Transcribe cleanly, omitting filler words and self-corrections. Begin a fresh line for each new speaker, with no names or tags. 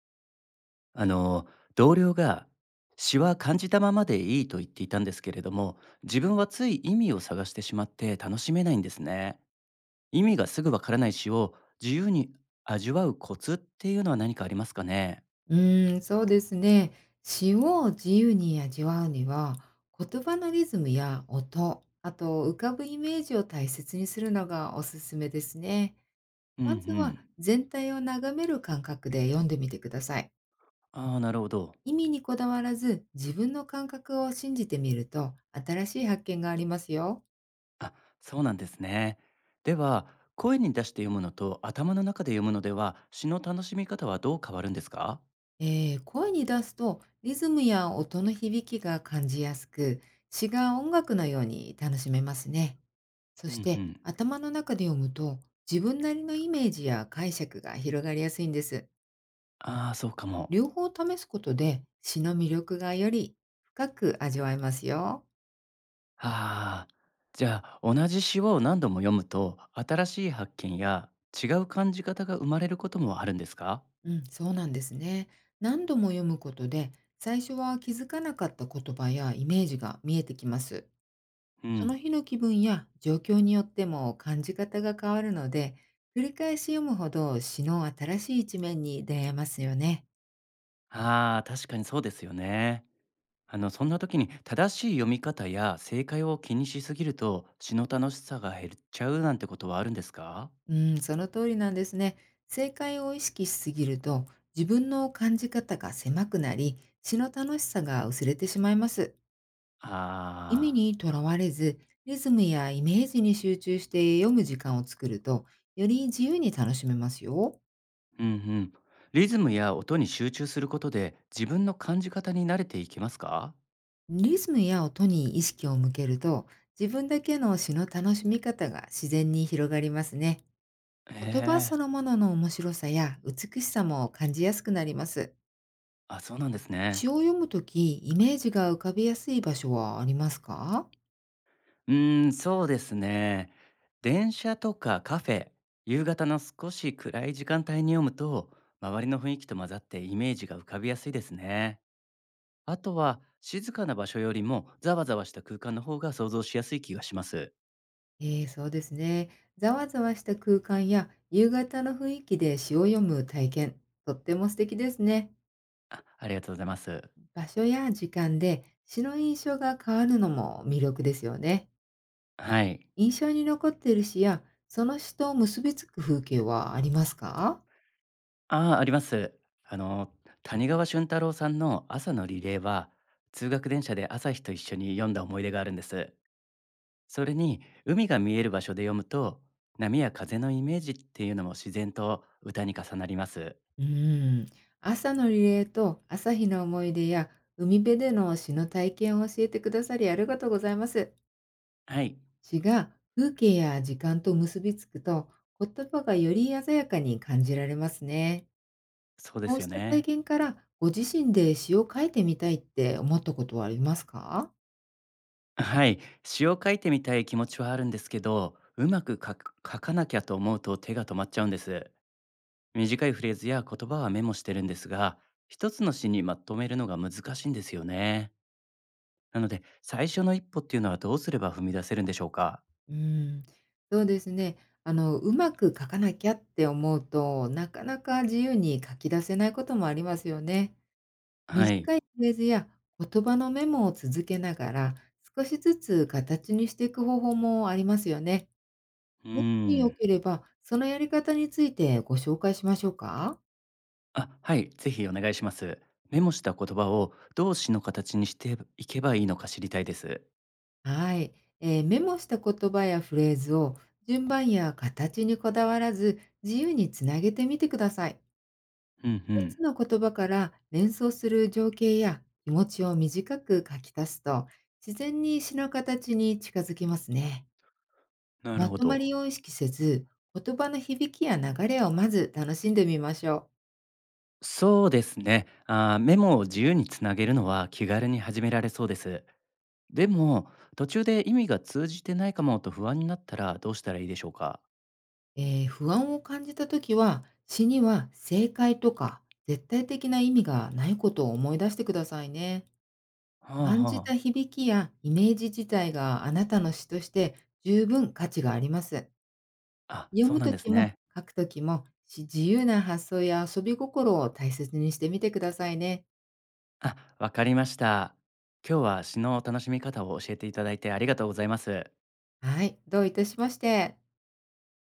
あの同僚が詩は感じたままでいいと言っていたんですけれども、自分はつい意味を探してしまって楽しめないんですね。意味がすぐわからない詩を自由に味わうコツっていうのは何かありますかね？
うーん、そうですね。詩を自由に味わうには、言葉のリズムや音、あと浮かぶイメージを大切にするのがおすすめですね。
うんう
まずは
ん。
全体を眺める感覚で読んでみてください。
ああー、なるほど。
意味にこだわらず、自分の感覚を信じてみると、新しい発見がありますよ。
あ、そうなんですね。では、声に出して読むのと頭の中で読むのでは詩の楽しみ方はどう変わるんですか？
声に出すと、リズムや音の響きが感じやすく、詩が音楽のように楽しめますね。そ
うん
し
う
て
ん。
頭の中で読むと、自分なりのイメージや解釈が広がりやすいんです。
ああー、そうかも。
両方試すことで、詩の魅力がより深く味わえますよ。
ああ、じゃあ同じ詩を何度も読むと新しい発見や違う感じ方が生まれることもあるんですか？
うん、そうなんですね。何度も読むことで、最初は気づかなかった言葉やイメージが見えてきます。
う
そ
ん。
の日の気分や状況によっても感じ方が変わるので、繰り返し読むほど詩の新しい一面に出会えますよね。
ああ、確かにそうですよね。そんな時に正しい読み方や正解を気にしすぎると詩の楽しさが減っちゃうなんてことはあるんですか？
うん、その通りなんですね。正解を意識しすぎると、自分の感じ方が狭くなり、詩の楽しさが薄れてしまいます。意味
あ
にとらわれず、リズムやイメージに集中して読む時間を作ると、より自由に楽しめますよ。
あ、うんうん。リズムや音に集中することで自分の感じ方に慣れていきますか？
リズムや音に意識を向けると、自分だけの詩の楽しみ方が自然に広がりますね。
へ
言葉そ
え。
のものの面白さや美しさも感じやすくなります。
あ、そうなんですね。
詩を読むとき、イメージが浮かびやすい場所はありますか？
うーん、そうですね。電車とかカフェ、夕方の少し暗い時間帯に読むと、周りの雰囲気と混ざってイメージが浮かびやすいですね。あとは、静かな場所よりもざわざわした空間の方が想像しやすい気がします。
ええ、そうですね。ざわざわした空間や夕方の雰囲気で詩を読む体験、とっても素敵ですね。
あ、ありがとうございます。
場所や時間で詩の印象が変わるのも魅力ですよね。
はい。
印象に残っている詩や、その詩と結びつく風景はありますか？
ああ、あります。あの、谷川俊太郎さんの朝のリレーは、通学電車で朝日と一緒に読んだ思い出があるんです。それに海が見える場所で読むと、波や風のイメージっていうのも自然と歌に重なります。
うーん。朝のリレーと朝日の思い出や、海辺での詩の体験を教えてくださりありがとうございます。
はい、
詩が風景や時間と結びつくと、言葉がより鮮やかに感じられますね。
そうで
こ
す
う
よ
した体
ね。
験から、ご自身で詩を書いてみたいって思ったことはありますか？
はい、詩を書いてみたい気持ちはあるんですけど、うまく書かなきゃと思うと手が止まっちゃうんです。短いフレーズや言葉はメモしてるんですが、一つの詩にまとめるのが難しいんですよね。なので、最初の一歩っていうのはどうすれば踏み出せるんでしょうか。
うん、そうですね。うまく書かなきゃって思うと、なかなか自由に書き出せないこともありますよね。
はい。
短いフレーズや言葉のメモを続けながら、少しずつ形にしていく方法もありますよね。
うー
もしよ
ん。
ければ、そのやり方についてご紹介しましょうか？
あ、はい、ぜひお願いします。メモした言葉を動詞の形にしていけばいいのか知りたいです。
はい。メモした言葉やフレーズを、順番や形にこだわらず、自由につなげてみてください。
うんう
一
ん、
つの言葉から連想する情景や気持ちを短く書き足すと、自然に詩の形に近づきますね。
なる
ま
ほ
とまり
ど。
を意識せず、言葉の響きや流れをまず楽しんでみましょう。
そうですね。メモを自由につなげるのは気軽に始められそうです。でも、途中で意味が通じてないかもと不安になったらどうしたらいいでしょうか？
不安を感じたときは、詩には正解とか絶対的な意味がないことを思い出してくださいね。
はあ
感
は
じた
あ。
響きやイメージ自体が、あなたの詩として十分価値があります。
あ、
読
そう
む
なん
と
です
きも
ね。
書くときもし自由な発想や遊び心を大切にしてみてくださいね。
あ、わかりました。今日は詩の楽しみ方を教えていただいてありがとうございます。
はい、どういたしまして。